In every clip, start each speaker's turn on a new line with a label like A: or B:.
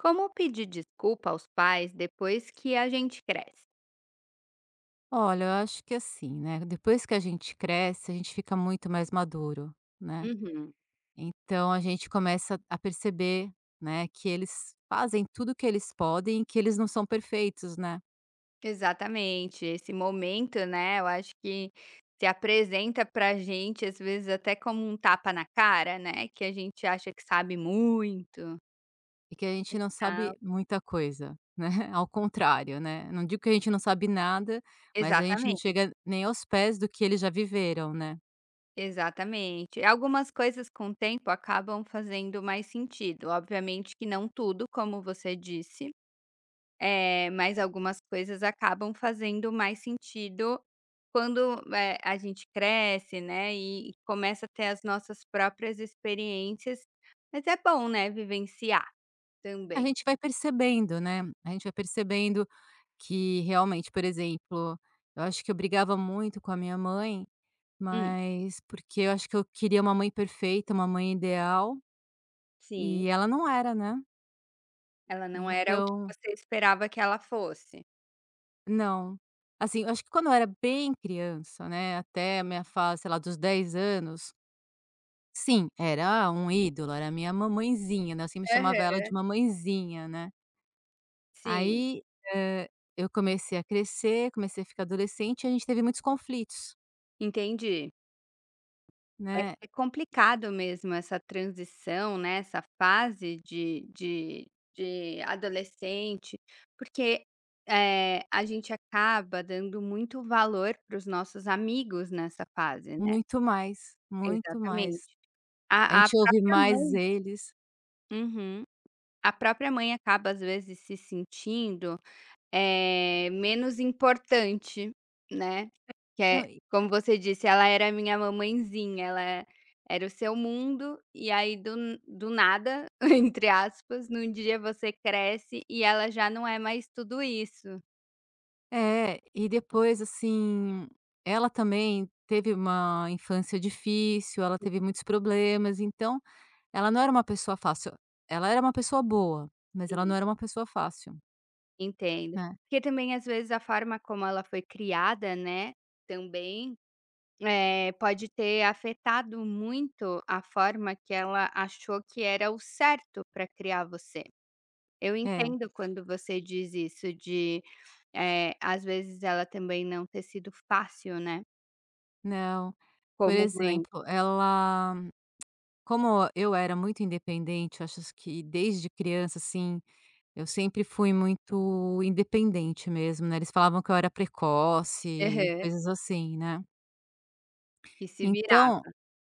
A: Como pedir desculpa aos pais depois que a gente cresce?
B: Olha, eu acho que assim, né, depois que a gente cresce, a gente fica muito mais maduro, né?
A: Uhum.
B: Então a gente começa a perceber, né, que eles fazem tudo o que eles podem e que eles não são perfeitos, né?
A: Exatamente, esse momento, né, eu acho que se apresenta pra gente, às vezes, até como um tapa na cara, né, que a gente acha que sabe muito.
B: E que a gente não
A: Tá.
B: sabe muita coisa, né? Ao contrário, né? Não digo que a gente não sabe nada, mas a gente não
A: Exatamente,
B: chega nem aos pés do que eles já viveram, né?
A: exatamente. Algumas coisas com o tempo acabam fazendo mais sentido, obviamente que não tudo, como você disse. É, mas algumas coisas acabam fazendo mais sentido quando, a gente cresce, né, e começa a ter as nossas próprias experiências, mas é bom, né, vivenciar
B: A
A: também.
B: gente vai percebendo, né? A gente vai percebendo que realmente, por exemplo, eu acho que eu brigava muito com a minha mãe.
A: Hum.
B: Mas porque eu acho que eu queria uma mãe perfeita, uma mãe ideal,
A: Sim,
B: e ela não era, né.
A: ela não era o que
B: Então
A: você esperava que ela fosse.
B: não. Assim, eu acho que quando eu era bem criança, né, até a minha fase, sei lá, dos 10 anos, sim, era um ídolo, era minha mamãezinha, né, eu sempre chamava ela de
A: Aham.
B: mamãezinha, né.
A: Sim,
B: Aí, eh, eu comecei a crescer, comecei a ficar adolescente e a gente teve muitos conflitos,
A: entendi. É
B: né,
A: é complicado mesmo essa transição, né, essa fase de adolescente, porque, a gente acaba dando muito valor para os nossos amigos nessa fase, né.
B: muito mais, muito mais.
A: Exatamente.
B: A
A: A
B: gente ouve
A: própria
B: mais
A: mãe
B: eles.
A: uhum. A própria mãe acaba, às vezes, se sentindo é menos importante, né, que é
B: Não.
A: como você disse, ela era minha mamãezinha, ela era o seu mundo, e aí do n do nada, entre aspas, num dia você cresce e ela já não é mais tudo isso.
B: É, e depois, assim, ela também teve uma infância difícil, ela
A: Sim,
B: teve muitos problemas, então ela não era uma pessoa fácil. Ela era uma pessoa boa, mas ela não
A: sim.
B: era uma pessoa fácil,
A: Entendo.
B: né.
A: Porque também às vezes a forma como ela foi criada, né, também, pode ter afetado muito a forma que ela achou que era o certo para criar você. Eu
B: É,
A: entendo quando você diz isso de, às vezes ela também não ter sido fácil, né,
B: não. Por
A: como mãe.
B: exemplo, ela, como eu era muito independente, eu acho que desde criança, assim, eu sempre fui muito independente mesmo, né, eles falavam que eu era precoce,
A: Aham.
B: coisas assim, né.
A: Que se virava.
B: Então,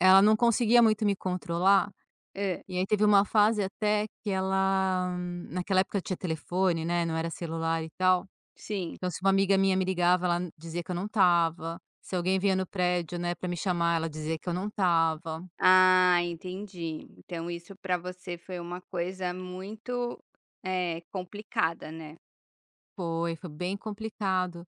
B: ela não conseguia muito me controlar.
A: Hã.
B: E aí teve uma fase até que ela, naquela época tinha telefone, né, não era celular e tal,
A: Sim.
B: então se uma amiga minha me ligava, ela dizia que eu não estava, se alguém vinha no prédio, né, para me chamar, ela dizia que eu não estava.
A: Ah, entendi. Então isso para você foi uma coisa muito, complicada, né.
B: Foi, foi bem complicado.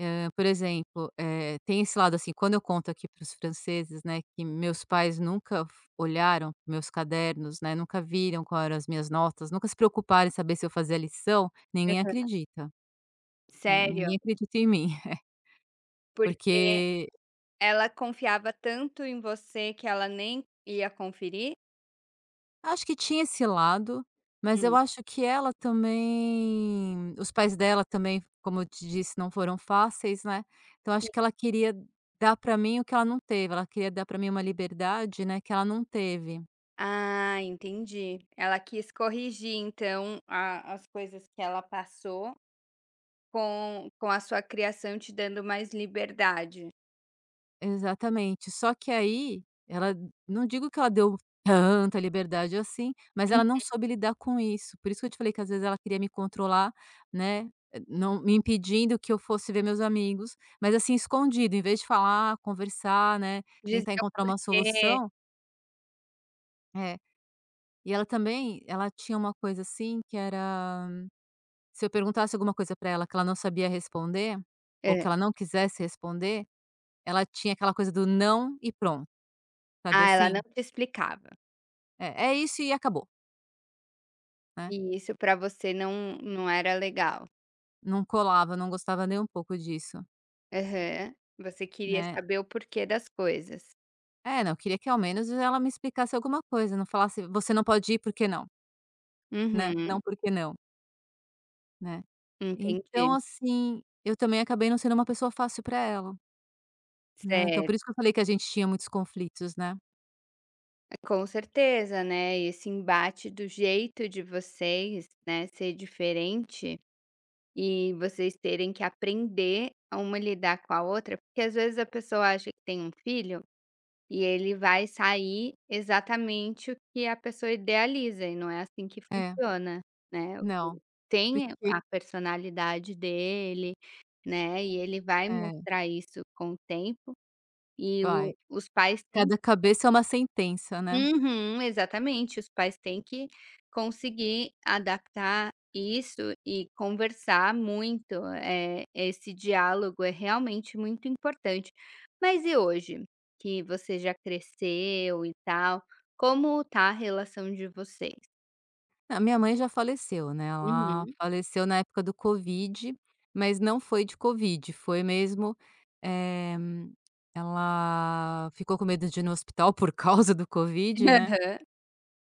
B: Por exemplo, tem esse lado, assim, quando eu conto aqui para os franceses, né, que meus pais nunca f olharam meus cadernos, né, nunca viram qual eram as minhas notas, nunca se preocuparam em saber se eu fazia lição, ninguém
A: Aham.
B: acredita, né,
A: Sério?
B: ninguém acredita em mim,
A: Porque
B: porque.
A: ela confiava tanto em você que ela nem ia conferir?
B: Acho que tinha esse lado, mas
A: Hum.
B: eu acho que ela também, os pais dela também, como eu te disse, não foram fáceis, né, então acho que ela queria dar para mim o que ela não teve, ela queria dar para mim uma liberdade, né, que ela não teve.
A: Ah, entendi. Ela quis corrigir, então, a as coisas que ela passou com a sua criação te dando mais liberdade.
B: Exatamente. Só que aí, ela, não digo que ela deu tanta liberdade assim, mas
A: Hum.
B: ela não soube lidar com isso. Por isso que eu te falei que às vezes ela queria me controlar, né, não me impedindo que eu fosse ver meus amigos, mas assim escondido, em vez de falar, conversar, né,
A: Dizer
B: tentar
A: o
B: encontrar uma
A: porquê
B: solução, é. E ela também, ela tinha uma coisa assim que era, se eu perguntasse alguma coisa pra ela que ela não sabia responder, ou
A: hã.
B: que ela não quisesse responder, ela tinha aquela coisa do não e pronto, sabe
A: Ah, ela não
B: assim?
A: te explicava.
B: É, isso e acabou, né.
A: E isso para você não era legal.
B: Não colava, não gostava nem um pouco disso,
A: Aham. Você queria
B: né.
A: saber o porquê das coisas.
B: É, não, queria que ao menos ela me explicasse alguma coisa, não falasse: "Você não pode ir, porque não", né,
A: Uhum.
B: "Não, porque não", né. Então,
A: Entendi.
B: assim, eu também acabei não sendo uma pessoa fácil para ela, né, então por
A: Certo.
B: isso que eu falei que a gente tinha muitos conflitos, né.
A: Com certeza, né, esse embate do jeito de vocês, né, ser diferente. E vocês terem que aprender a uma lidar com a outra, porque às vezes a pessoa acha que tem um filho e ele vai sair exatamente o que a pessoa idealiza, e não é assim que
B: É,
A: funciona, né. O
B: não,
A: filho tem
B: porque
A: a personalidade dele, né, e ele vai
B: é,
A: mostrar isso com o tempo, e
B: vai,
A: o os pais têm
B: cada cabeça é uma sentença, né.
A: uhum, exatamente. Os pais têm que conseguir adaptar isso e conversar muito. Eh, esse diálogo é realmente muito importante. Mas e hoje, que você já cresceu e tal, como tá a relação de vocês?
B: A minha mãe já faleceu, né, ela
A: Uhum.
B: faleceu na época do Covid, mas não foi de Covid, foi mesmo, eh, ela ficou com medo de ir no hospital por causa do Covid, né,
A: Aham.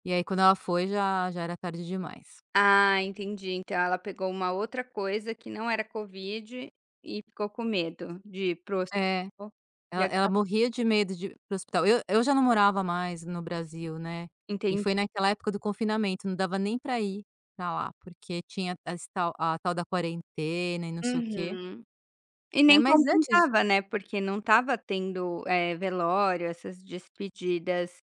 B: e aí quando ela foi, já era tarde demais.
A: Ah, entendi. Então ela pegou uma outra coisa que não era covid e ficou com medo de ir para
B: É,
A: hospital e
B: ela
A: agora
B: morria de medo de ir pro hospital. Eu já não morava mais no Brasil, né, e
A: entendi.
B: foi naquela época do confinamento, não dava nem pra ir pra lá, porque tinha as tal a tal da quarentena e não sei o quê,
A: Uhum. E
B: né,
A: nem
B: mas antes
A: compensava, né, porque não estava tendo, velório, essas despedidas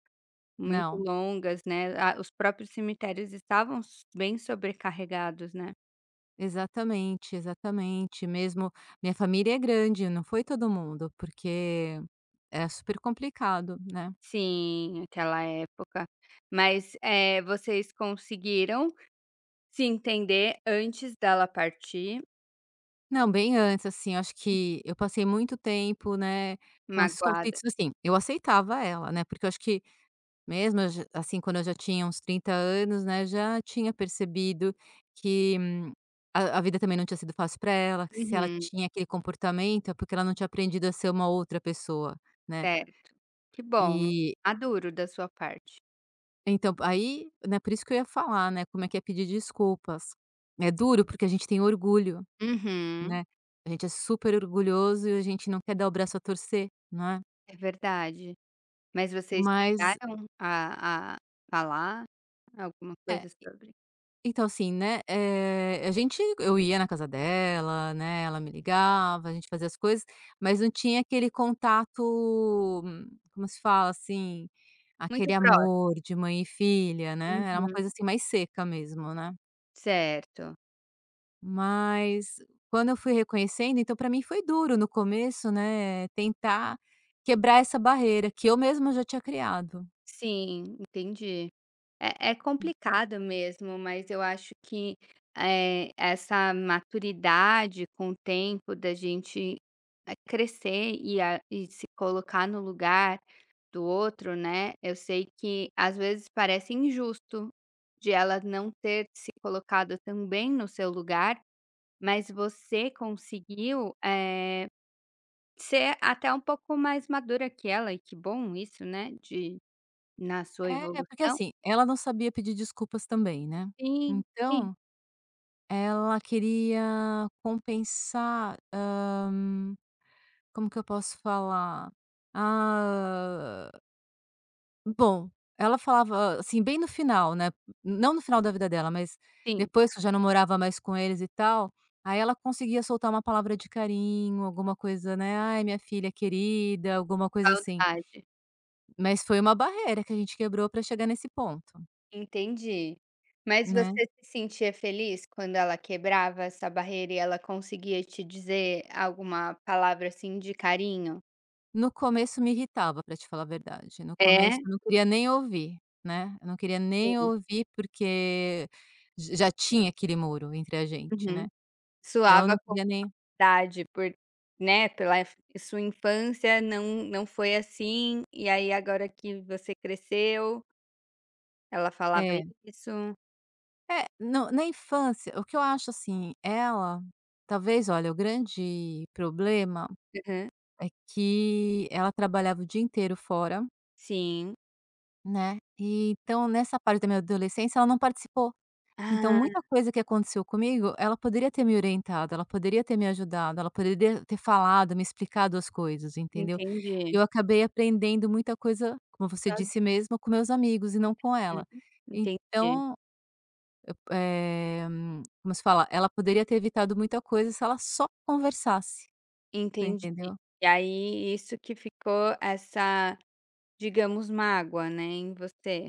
A: muito
B: não.
A: longas, né, a os próprios cemitérios estavam s bem sobrecarregados, né.
B: Exatamente, exatamente, mesmo minha família é grande, não foi todo mundo, porque é super complicado, né.
A: Sim, aquela época. Mas, vocês conseguiram se entender antes dela partir,
B: Não, bem antes, assim, eu acho que eu passei muito tempo, né, com esses
A: magoada
B: conflitos, assim, eu aceitava ela, né, porque eu acho que, mesmo eu já assim, quando eu já tinha uns 30 anos, né, já tinha percebido que, a vida também não tinha sido fácil para ela, que, se ela
A: uhum,
B: tinha aquele comportamento, é porque ela não tinha aprendido a ser uma outra pessoa, né,
A: certo. Que bom,
B: e
A: maduro da sua parte.
B: então, aí, né, por isso que eu ia falar, né, como é que é pedir desculpas. É duro porque a gente tem orgulho,
A: Uhum,
B: né, a gente é super orgulhoso e a gente não quer dar o braço a torcer, né,
A: é verdade. Mas vocês
B: mas
A: chegaram a falar alguma
B: é,
A: coisa sobre?
B: então assim, né, a gente eu ia na casa dela, né, ela me ligava, a gente fazia as coisas, mas não tinha aquele contato, como se fala, assim, aquele
A: Muito próximo.
B: amor de mãe e filha, né, era uma
A: Uhum.
B: coisa, assim, mais seca mesmo, né.
A: Certo.
B: Mas quando eu fui reconhecendo, então para mim foi duro no começo, né, tentar quebrar essa barreira que eu mesma já tinha criado.
A: Sim, entendi. É complicado mesmo, mas eu acho que, essa maturidade com o tempo da gente, crescer e a e se colocar no lugar do outro, né, eu sei que às vezes parece injusto de ela não ter se colocado também no seu lugar. Mas você conseguiu, ser até um pouco mais madura que ela e que bom isso, né, de na sua
B: É, porque
A: evolução.
B: assim, ela não sabia pedir desculpas também, né.
A: Sim, sim,
B: Então, ela queria compensar, como que eu posso falar? Ah Bom, ela falava, assim, bem no final, né, não no final da vida dela, mas
A: sim,
B: depois que eu já não morava mais com eles e tal, aí ela conseguia soltar uma palavra de carinho, alguma coisa, né, "Ai, minha filha querida", alguma coisa assim.
A: saudade.
B: Mas foi uma barreira que a gente quebrou para chegar nesse ponto,
A: Entendi. Mas
B: né.
A: você se sentia feliz quando ela quebrava essa barreira e ela conseguia te dizer alguma palavra, assim, de carinho?
B: No começo me irritava, para te falar a verdade, no
A: É?
B: começo eu não queria nem ouvir, né, eu não queria nem ouvir, porque j já tinha aquele muro entre a gente,
A: Uhum.
B: né, então eu
A: Suava
B: não queria nem,
A: idade por né, pela sua infância não foi assim, e aí agora que você cresceu, ela falava
B: é.
A: isso.
B: É, não, na infância, o que eu acho assim, ela talvez, olha, o grande problema
A: Aham.
B: é que ela trabalhava o dia inteiro fora,
A: Sim.
B: né, e então nessa parte da minha adolescência ela não participou. Então
A: Ah,
B: muita coisa que aconteceu comigo, ela poderia ter me orientado, ela poderia ter me ajudado, ela poderia ter falado, me explicado as coisas, entendeu.
A: entendi.
B: Eu acabei aprendendo muita coisa, como você disse mesmo, com meus amigos e não com ela.
A: Uhum. Entendi,
B: Então, Eh, como se fala? Ela poderia ter evitado muita coisa se ela só conversasse, você
A: entendi.
B: entendeu?
A: E aí isso que ficou essa, digamos, mágoa, né, em você.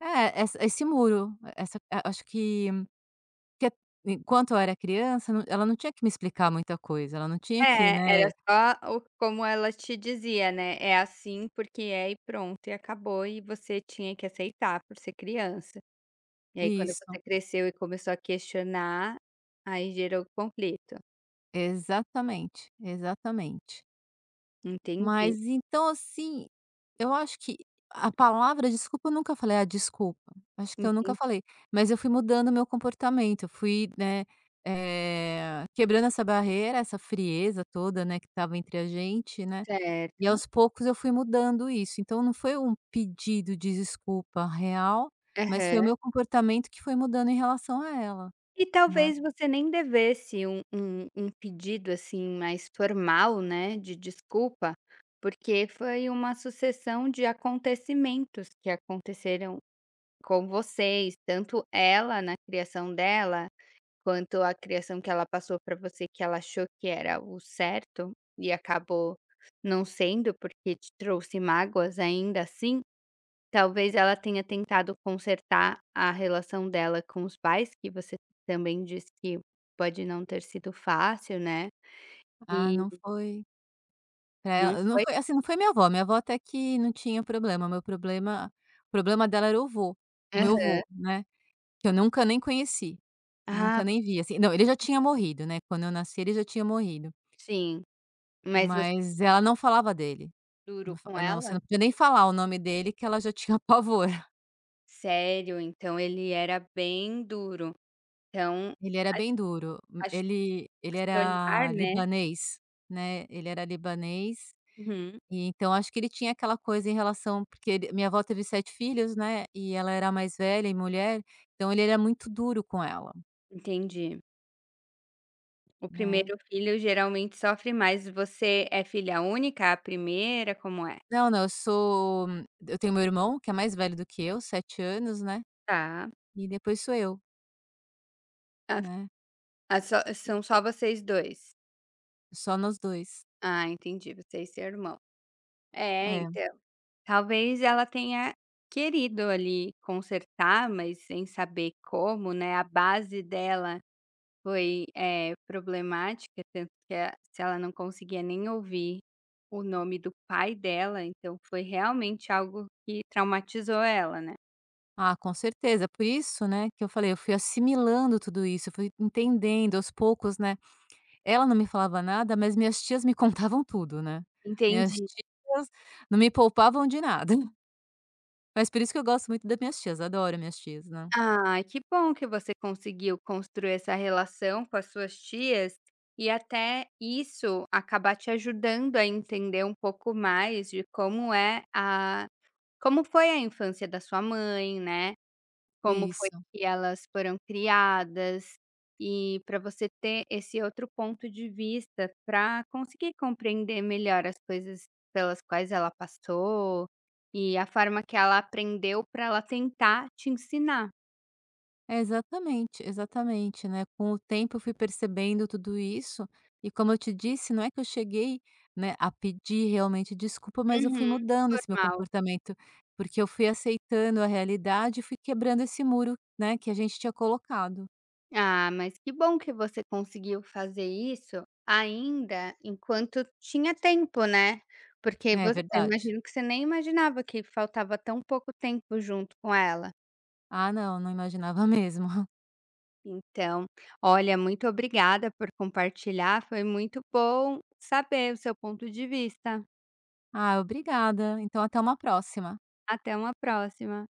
B: É, essa esse muro, essa a acho que que a- enquanto eu era criança, não, ela não tinha que me explicar muita coisa, ela não tinha que,
A: É, era
B: né.
A: só o como ela te dizia, né, é assim porque é e pronto e acabou e você tinha que aceitar por ser criança. E aí quando
B: Isso,
A: você cresceu e começou a questionar, aí gerou conflito.
B: exatamente, exatamente.
A: Entendi,
B: Mas então, assim, eu acho que a palavra desculpa eu nunca falei: "Ah, desculpa", acho que eu nunca
A: entendi.
B: falei, mas eu fui mudando o meu comportamento, eu fui, né, quebrando essa barreira, essa frieza toda, né, que estava entre a gente, né, e
A: Certo.
B: aos poucos eu fui mudando isso. Então não foi um pedido de desculpa real, mas
A: Aham.
B: foi o meu comportamento que foi mudando em relação a ela,
A: E
B: né.
A: talvez você nem devesse um pedido, assim, mais formal, né, de desculpa, porque foi uma sucessão de acontecimentos que aconteceram com vocês, tanto ela na criação dela. Quanto à criação que ela passou para você, que ela achou que era o certo e acabou não sendo, porque te trouxe mágoas ainda assim, talvez ela tenha tentado consertar a relação dela com os pais, que você também disse que pode não ter sido fácil, né,
B: Ah,
A: e
B: não foi. Pra
A: não
B: ela não
A: foi.
B: foi assim, não foi minha avó até que não tinha problema, meu problema o problema dela era o vô, o meu
A: Aham.
B: vô, né, que eu nunca nem conheci,
A: Ah,
B: nunca nem vi, assim, não, ele já tinha morrido, né, quando eu nasci ele já tinha morrido,
A: sim. Mas você foi
B: mas ela não falava dele,
A: duro
B: não, fa
A: com
B: não, você
A: ela?
B: não podia nem falar o nome dele que ela já tinha pavor.
A: Sério? Então ele era bem duro. Então,
B: Ele era
A: a
B: bem duro, ele
A: a
B: ele
A: se tornar,
B: era
A: né.
B: libanês, né, ele era libanês.
A: Uhum,
B: E então acho que ele tinha aquela coisa em relação, porque ele minha avó teve 7 filhos, né, e ela era mais velha e mulher, então ele era muito duro com ela,
A: entendi. O
B: né.
A: primeiro filho geralmente sofre mais. Você é filha única, a primeira, como é?
B: Não, não, eu tenho meu irmão que é mais velho do que eu, 7 anos, né,
A: Tá.
B: e depois sou eu, né,
A: Ah, só vocês 2.
B: só nós dois.
A: Ah, entendi, você e seu irmão. É,
B: É.
A: então, talvez ela tenha querido ali consertar, mas sem saber como, né, a base dela foi, problemática, tanto que a se ela não conseguia nem ouvir o nome do pai dela, então foi realmente algo que traumatizou ela, né.
B: Ah, com certeza, por isso, né, que eu falei, eu fui assimilando tudo isso, eu fui entendendo aos poucos, né. Ela não me falava nada, mas minhas tias me contavam tudo, né. Minhas
A: Entendi.
B: tias não me poupavam de nada. Mas por isso que eu gosto muito das minhas tias, adoro minhas tias, né.
A: Ai, que bom que você conseguiu construir essa relação com as suas tias e até isso acabar te ajudando a entender um pouco mais de como foi a infância da sua mãe, né? Como foi
B: Isso.
A: que elas foram criadas e para você ter esse outro ponto de vista para conseguir compreender melhor as coisas pelas quais ela passou e a forma que ela aprendeu para ela tentar te ensinar.
B: Exatamente, exatamente, né. Com o tempo eu fui percebendo tudo isso, e como eu te disse, não é que eu cheguei, né, a pedir realmente desculpa, mas eu
A: Uhum,
B: fui mudando esse meu
A: normal.
B: comportamento, porque eu fui aceitando a realidade e fui quebrando esse muro, né, que a gente tinha colocado.
A: Ah, mas que bom que você conseguiu fazer isso ainda enquanto tinha tempo, né. Porque
B: É
A: voc eu
B: verdade.
A: imagino que você nem imaginava que faltava tão pouco tempo junto com ela.
B: Ah não, não imaginava mesmo.
A: Então, olha, muito obrigada por compartilhar, foi muito bom saber o seu ponto de vista.
B: Ah, obrigada, então até uma próxima.
A: Até uma próxima.